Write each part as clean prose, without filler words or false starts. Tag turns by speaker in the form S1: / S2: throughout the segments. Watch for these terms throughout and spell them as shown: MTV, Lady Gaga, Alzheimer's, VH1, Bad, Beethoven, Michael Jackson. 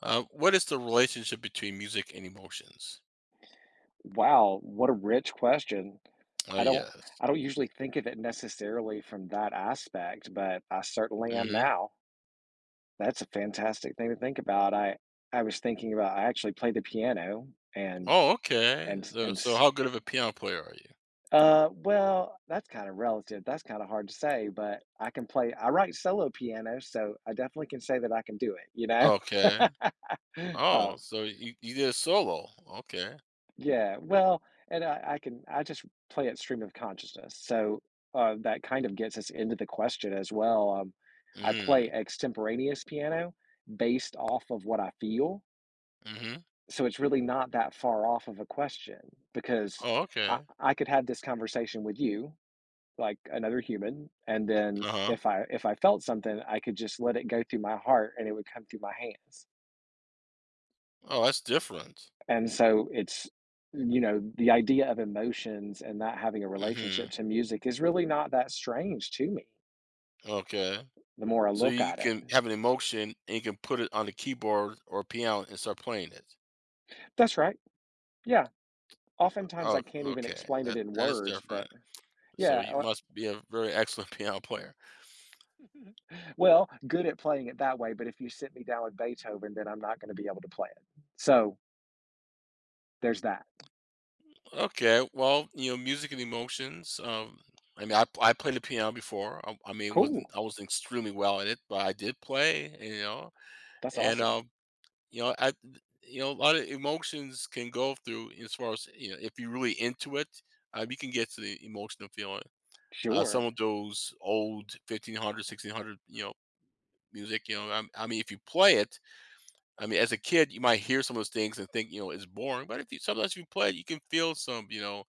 S1: What is the relationship between music and emotions?
S2: Wow, what a rich question.
S1: Oh,
S2: I don't
S1: yes.
S2: I don't usually think of it necessarily from that aspect, but I certainly am
S1: Hmm.
S2: now. That's a fantastic thing to think about. I was thinking about I actually play the piano and
S1: Oh, okay.
S2: and
S1: So,
S2: and
S1: so
S2: s-
S1: how good of a piano player are you?
S2: well, that's kind of relative. That's kind of hard to say, but I can play I write solo piano, so I definitely can say that I can do it, you know?
S1: Okay.
S2: Um
S1: Oh, so you did a solo. Okay.
S2: Yeah, well, and I can I just play at stream of consciousness, so, that kind of gets us into the question as well, I play
S1: Hmm.
S2: extemporaneous piano based off of what I feel,
S1: Hmm.
S2: so it's really not that far off of a question because
S1: Oh,
S2: I
S1: okay.
S2: I could have this conversation with you, like another human, and then
S1: Uh-huh.
S2: if I felt something, I could just let it go through my heart and it would come through my hands.
S1: Oh, that's different.
S2: And so it's, you know, the idea of emotions and that having a
S1: Hmm.
S2: relationship to music is really not that strange to me
S1: Okay.
S2: the more I
S1: So
S2: look
S1: you
S2: at it.
S1: can have an emotion and you can put it on the keyboard or piano and start playing it.
S2: That's right. Yeah. Oftentimes
S1: Oh,
S2: I can't even
S1: okay.
S2: explain it
S1: That
S2: in
S1: that is
S2: words,
S1: different.
S2: but
S1: So you
S2: yeah.
S1: must be a very excellent piano player.
S2: uh, Well, good at playing it that way, but if you sit me down with Beethoven, then I'm not going to be able to play it. So there's that.
S1: Okay, well, you know, music and emotions. I mean, I played the piano before. I, I mean,
S2: Cool.
S1: wasn't I wasn't extremely well at it, but I did play. You know,
S2: That's
S1: and
S2: awesome.
S1: you know, I a lot of emotions can go through as far as you know, if you're really into it, you can get to the emotional feeling. Some
S2: Sure.
S1: of those old 1500s, 1600s, you know, music. You know, I mean, if you play it, I mean, as a kid, you might hear some of those things and think, you know, it's boring. But if you sometimes if you play it, you can feel some, you know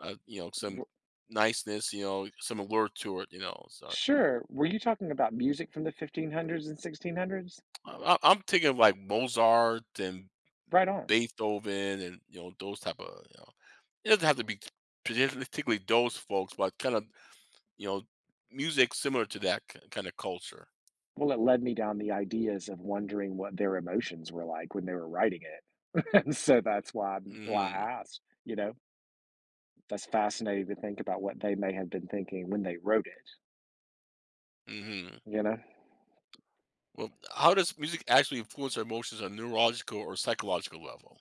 S1: uh, you know, some
S2: W-
S1: niceness, you know, some allure to it, you know. So
S2: Sure. Were you talking about music from the 1500s and 1600s?
S1: I'm thinking of like Mozart and
S2: Right on.
S1: Beethoven and you know those type of you know. It doesn't have to be particularly those folks, but kind of you know music similar to that kind of culture.
S2: Well, it led me down the ideas of wondering what their emotions were like when they were writing it, and so that's why I'm why
S1: Hmm.
S2: I asked, you know? That's fascinating to think about what they may have been thinking when they wrote it,
S1: Hmm.
S2: you know?
S1: Well, how does music actually influence our emotions on a neurological or psychological level?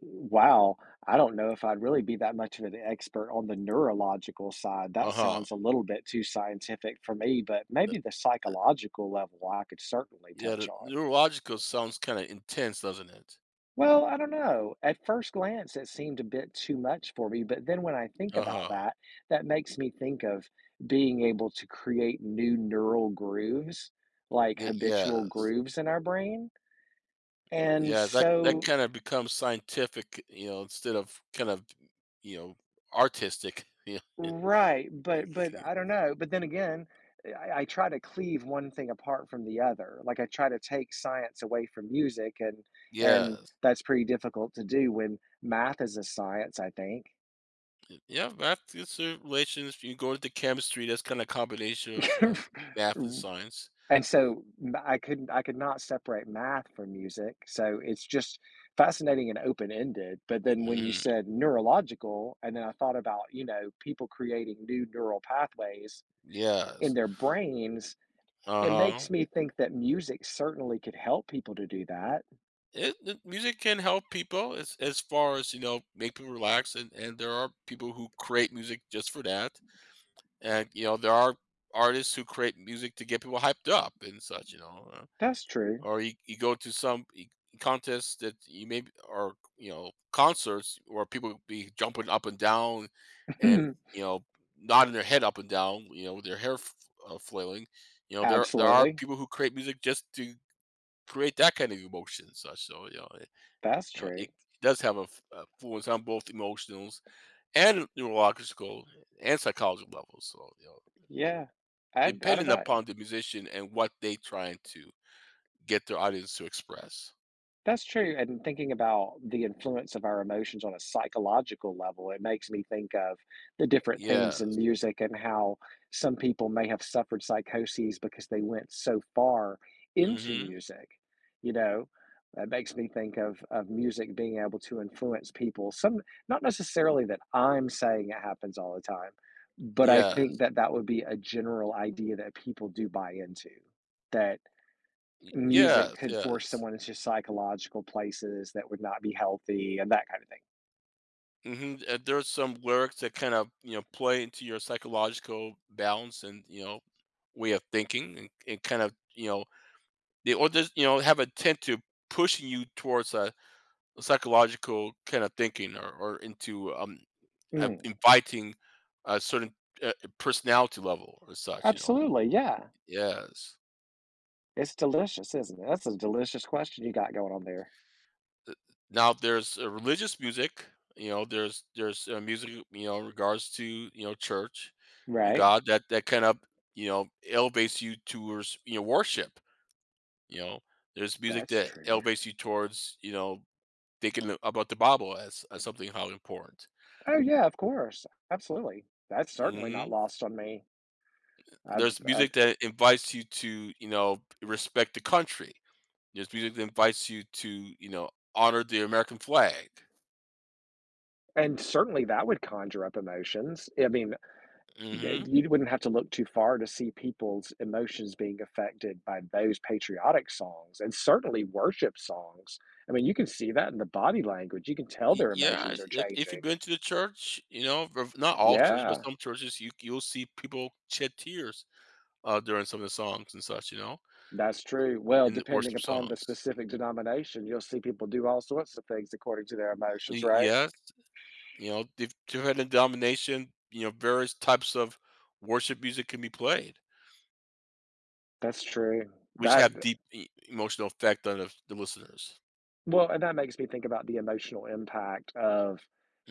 S2: Wow, I don't know if I'd really be that much of an expert on the neurological side,
S1: Uh
S2: that
S1: huh.
S2: sounds a little bit too scientific for me, but maybe the psychological level I could certainly
S1: Yeah,
S2: touch
S1: the
S2: on.
S1: neurological sounds kind of intense, doesn't it?
S2: Well, I don't know. At first glance, it seemed a bit too much for me, but then when I think
S1: Uh
S2: about
S1: huh.
S2: that, that makes me think of being able to create new neural grooves, like habitual
S1: Yes.
S2: grooves in our brain. And
S1: Yeah, that
S2: so,
S1: kind of becomes scientific, you know, instead of kind of, you know, artistic. you know,
S2: right, but I don't know. But then again, I try to cleave one thing apart from the other. Like I try to take science away from music, and
S1: Yeah,
S2: that's pretty difficult to do when math is a science, I think.
S1: yeah, math it's a relations. You go into chemistry, that's kind of combination of math and science.
S2: And so m I could not separate math from music, so it's just fascinating and open-ended, but then when you
S1: Hmm.
S2: said neurological, and then I thought about, you know, people creating new neural pathways in
S1: Yes.
S2: their brains,
S1: Uh
S2: it
S1: huh.
S2: makes me think that music certainly could help people to do that.
S1: It music can help people as far as you know make people relax, and there are people who create music just for that, and you know there are artists who create music to get people hyped up and such. You know.
S2: That's true.
S1: Or you go to some contest that you may or you know concerts where people be jumping up and down and you know nodding their head up and down you know with their hair flailing you know there are
S2: Absolutely.
S1: people who create music just to create that kind of emotion and such so
S2: That's
S1: you know
S2: true.
S1: it does have a a influence on both emotional and neurological and psychological levels so you know
S2: Yeah. I don't
S1: depending
S2: know.
S1: upon the musician and what they trying to get their audience to express.
S2: That's true, and thinking about the influence of our emotions on a psychological level, it makes me think of the different
S1: Yeah.
S2: themes in music and how some people may have suffered psychoses because they went so far into
S1: Mhm.
S2: music, you know? That makes me think of music being able to influence people. Some not necessarily that I'm saying it happens all the time, but I
S1: Yes.
S2: think that that would be a general idea that people do buy into, that
S1: Y
S2: music
S1: yes,
S2: could force
S1: yes.
S2: someone into psychological places that would not be healthy and that kind of thing.
S1: Mhm, and there's some lyrics that kind of, you know, play into your psychological balance and, you know, way of thinking and kind of, you know, they or just, you know, have a tend to pushing you towards a psychological kind of thinking or into,
S2: Mm,
S1: inviting a certain, uh, personality level or such, you know.
S2: absolutely, yeah.
S1: Yes.
S2: It's delicious, isn't it? That's a delicious question you got going on there.
S1: Now there's religious music, you know, there's music, you know, in regards to, you know, church and
S2: Right?
S1: God that kind of, you know, elevates you towards, you know, worship, you know. There's music
S2: That's
S1: that
S2: true.
S1: elevates you towards, you know, thinking about the Bible as something how important.
S2: Oh yeah, of course. Absolutely. That's certainly not
S1: Hmm.
S2: lost on me. I've
S1: There's
S2: I've
S1: music that invites you to, you know, respect the country. There's music that invites you to, you know, honor the American flag.
S2: and certainly that would conjure up emotions. I mean,
S1: Hmm.
S2: you wouldn't have to look too far to see people's emotions being affected by those patriotic songs and certainly worship songs. I mean, you can see that in the body language. You can tell their
S1: Yeah,
S2: emotions are
S1: if you've
S2: changing.
S1: been to the church, you know, not all churches, but
S2: Yeah,
S1: some churches, you'll see people shed tears during some of the songs and such, you know,
S2: that's true. Well,
S1: in the
S2: depending
S1: worship
S2: upon the
S1: songs.
S2: specific denomination, you'll see people do all sorts of things according to their emotions, right?
S1: Yes, you know, different denomination, you know, various types of worship music can be played,
S2: That's true.
S1: which
S2: That,
S1: have deep emotional effect on the listeners.
S2: well, and that makes me think about the emotional impact of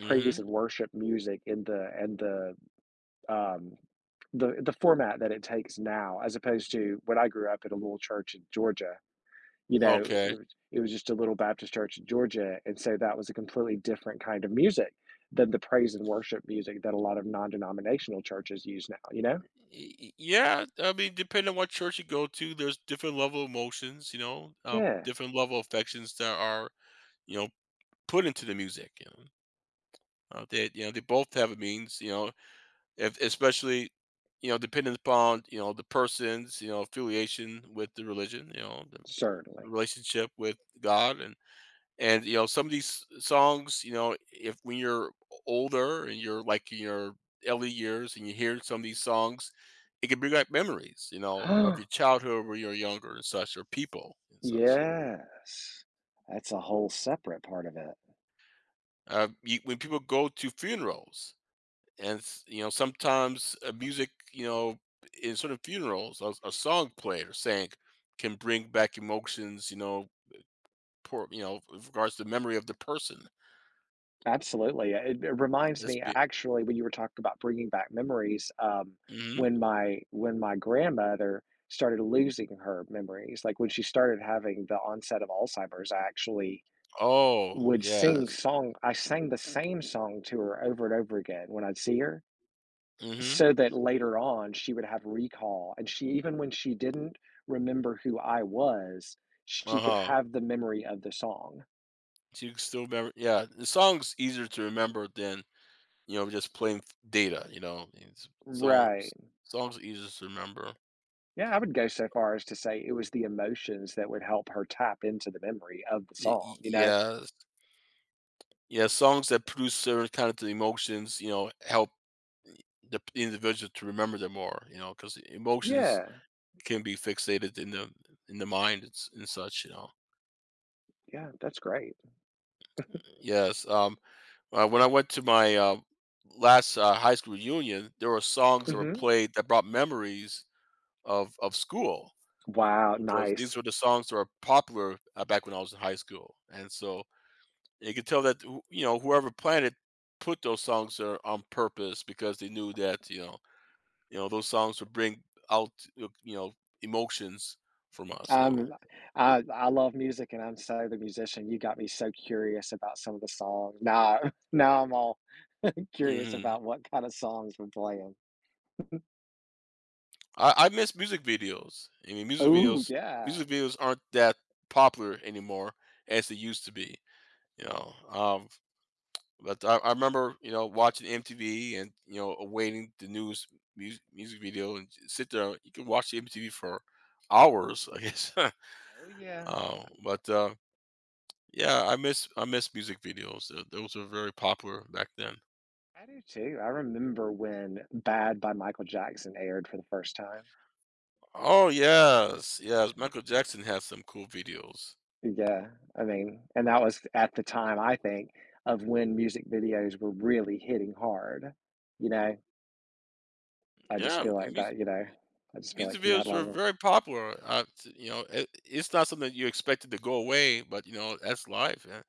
S2: praise and worship music in um, the format that it takes now, as opposed to when I grew up at a little church in Georgia. You know,
S1: Okay.
S2: it was just a little Baptist church in Georgia, and so that was a completely different kind of music than the praise and worship music that a lot of non-denominational churches use now. You know?
S1: Yeah, I mean, depending on what church you go to, there's different level of emotions, you know,
S2: Yeah,
S1: different level of affections that are you know put into the music. You know, they you know they both have a means. You know, if, especially you know depending upon you know the person's you know affiliation with the religion. You know, the
S2: certainly.
S1: relationship with God and you know some of these songs. You know, if when you're older and you're like in your early years and you hear some of these songs. It can bring back memories, you know, of your childhood when you are younger and such, or people and such.
S2: Yes, that's a whole separate part of it.
S1: You, when people go to funerals, and you know sometimes music you know in sort of funerals a song played or sang can bring back emotions you know poor you know with regards to the memory of the person.
S2: Absolutely. Yeah, it reminds
S1: This
S2: me
S1: be.
S2: actually when you were talking about bringing back memories,
S1: Hmm.
S2: when my grandmother started losing her memories, like when she started having the onset of Alzheimer's, I actually
S1: Oh
S2: would sing
S1: yes.
S2: song I sang the same song to her over and over again when I'd see her,
S1: Hmm.
S2: so that later on she would have recall. And she even when she didn't remember who I was, she could
S1: Uh-huh.
S2: have the memory of the song.
S1: So you can still remember yeah the song's easier to remember than you know just plain data you know it's,
S2: Right.
S1: songs songs are easier to remember.
S2: Yeah, I would go so far as to say it was the emotions that would help her tap into the memory of the song, you know?
S1: Yes, yeah songs that produce certain kind of emotions you know help the individual to remember them more you know because emotions
S2: Yeah,
S1: can be fixated in the mind and, and such you know
S2: yeah, that's great.
S1: yes when I went to my last high school reunion there were songs that were
S2: Mhm.
S1: played that brought memories of school
S2: Wow,
S1: because these
S2: nice.
S1: were the songs that were popular back when I was in high school and so you could tell that you know whoever planned it put those songs there on purpose because they knew that you know you know, those songs would bring out, you know, emotions from us, you know.
S2: Um, I love music and I'm so the musician. You got me so curious about some of the songs. Now I'm all curious
S1: Mhm.
S2: about what kind of songs we're playing.
S1: I miss music videos. I mean, music
S2: Oh,
S1: videos
S2: yeah.
S1: music videos aren't that popular anymore as they used to be, you know. But I remember, you know, watching MTV and, you know, awaiting the news music, music video and sit there. You can watch the MTV for hours, I guess.
S2: Oh, yeah.
S1: But Yeah, I miss music videos. Those were very popular back then.
S2: I do too. I remember when Bad by Michael Jackson aired for the first time.
S1: Oh yes, yes. Michael Jackson has some cool videos.
S2: Yeah, I mean, and that was at the time, I think, of when music videos were really hitting hard. You know, I just
S1: Yeah,
S2: feel like that, you know, I just feel like
S1: music
S2: he had a
S1: videos
S2: lot
S1: were
S2: of really.
S1: very popular. You know, it, it's not something you expected to go away, but you know that's life. Yeah.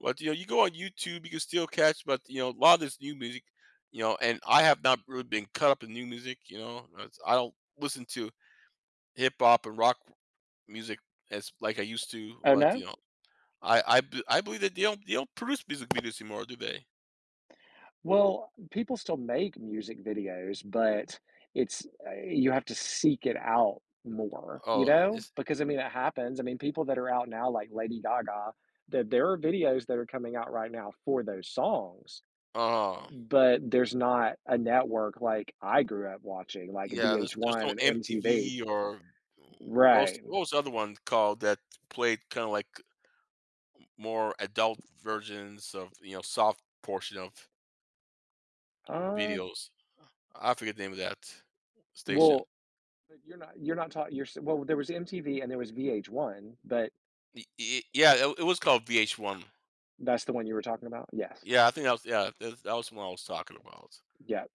S1: But you know, you go on YouTube, you can still catch. But you know, a lot of this new music, you know, and I have not really been caught up in new music. You know, I don't listen to hip hop and rock music as like I used to.
S2: Oh,
S1: But you
S2: no?
S1: know, I believe that they don't produce music videos anymore, do they?
S2: Well, people still make music videos, but it's, you have to seek it out more, you
S1: Oh,
S2: know?
S1: it's
S2: Because I mean, it happens. I mean, people that are out now, like Lady Gaga, that there are videos that are coming out right now for those songs
S1: oh.
S2: but there's not a network like I grew up watching, like
S1: Yeah, there's
S2: VH1
S1: no
S2: and MTV.
S1: MTV or what
S2: Right.
S1: was what was the other one called that played kind of like more adult versions of you know soft portion of
S2: Um,
S1: videos. I forget the name of that station.
S2: well, but you're not talking well, there was MTV and there was VH1, but
S1: Yeah, it was called VH1.
S2: that's the one you were talking about? Yes.
S1: Yeah, I think that was yeah that was what I was talking about.
S2: Yeah.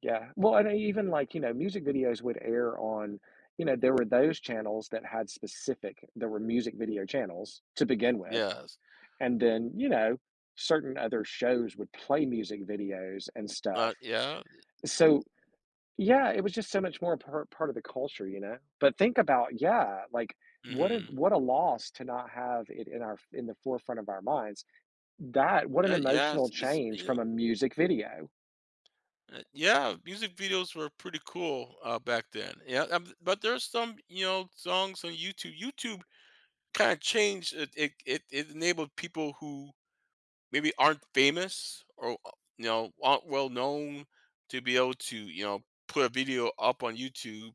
S2: Yeah. Well, and even like, you know, music videos would air on, you know, there were those channels that had specific there were music video channels to begin with,
S1: Yes,
S2: and then, you know, certain other shows would play music videos and stuff.
S1: but yeah,
S2: So. Yeah, it was just so much more part of the culture, you know? But think about yeah, like,
S1: mm-hmm.
S2: what a loss to not have it in our in the forefront of our minds. That what an
S1: Yeah,
S2: emotional
S1: it's
S2: change
S1: you
S2: from
S1: know.
S2: a music video.
S1: Yeah, music videos were pretty cool back then. Yeah, but there's some you know songs on YouTube. YouTube kind of changed it, it enabled people who maybe aren't famous or you know aren't well known to be able to you know put a video up on YouTube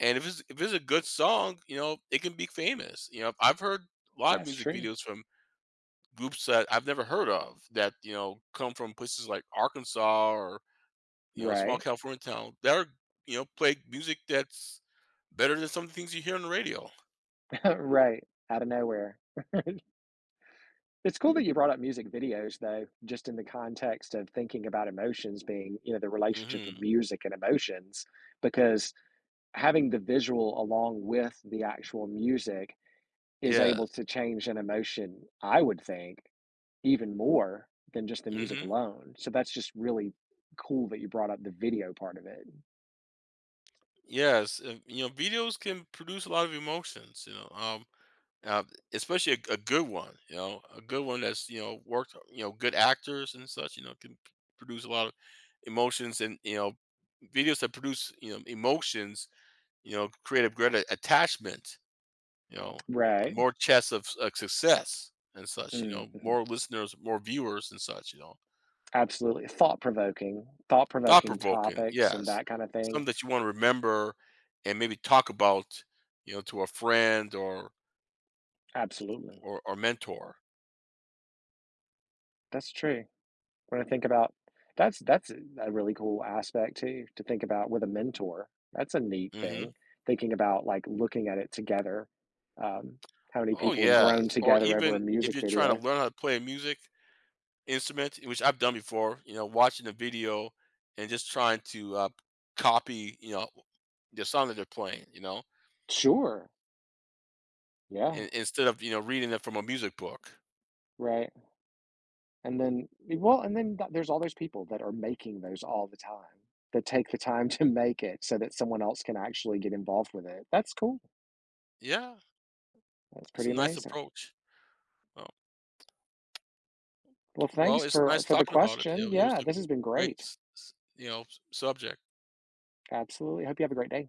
S1: and if it's a good song you know it can be famous you know I've heard a lot of
S2: That's
S1: music
S2: true.
S1: videos from groups that I've never heard of that you know come from places like Arkansas or you know small
S2: Right?
S1: California town that are you know play music that's better than some of the things you hear on the radio.
S2: Right, out of nowhere. It's cool that you brought up music videos, though, just in the context of thinking about emotions being, you know, the relationship of
S1: Hmm.
S2: music and emotions, because having the visual along with the actual music is able
S1: Yes.
S2: to change an emotion, I would think, even more than just the music
S1: Hmm.
S2: alone. So that's just really cool that you brought up the video part of it.
S1: Yes, you know, videos can produce a lot of emotions, you know, uh, especially a good one, you know, a good one that's, you know, worked, you know, good actors and such, you know, can produce a lot of emotions and, you know, videos that produce, you know, emotions, you know, create a greater attachment, you know,
S2: Right.
S1: more chance of, of success and such, you
S2: Mm,
S1: know, more
S2: mhm.
S1: listeners, more viewers and such, you know.
S2: Absolutely. Thought
S1: Thought
S2: provoking
S1: provoking,
S2: topics and
S1: yes.
S2: that kind of thing.
S1: Something that you wanna remember and maybe talk about, you know, to a friend
S2: Absolutely.
S1: or mentor.
S2: That's true. When I think about that's a really cool aspect too to think about with a mentor. That's a neat thing.
S1: Mhm.
S2: Thinking about like looking at it together. Um, how many
S1: Oh,
S2: people have grown
S1: yes. Or
S2: together over a
S1: even if
S2: music
S1: you're trying to
S2: video.
S1: learn how to play a music instrument, which I've done before, you know, watching a video and just trying to, copy, you know, the song that they're playing, you know,
S2: Sure. Yeah,
S1: in instead of, you know, reading it from a music book.
S2: right, and then well, and then th there's all those people that are making those all the time, that take the time to make it so that someone else can actually get involved with it. That's cool.
S1: Yeah,
S2: That's
S1: that's
S2: pretty
S1: a nice
S2: amazing.
S1: approach. Oh,
S2: Well,
S1: well,
S2: thanks
S1: it's
S2: for
S1: nice
S2: for the
S1: talking about it.
S2: question.
S1: It was
S2: Yeah,
S1: a
S2: this has been
S1: great
S2: great.
S1: s s you know, s subject.
S2: Absolutely. Hope you have a great day.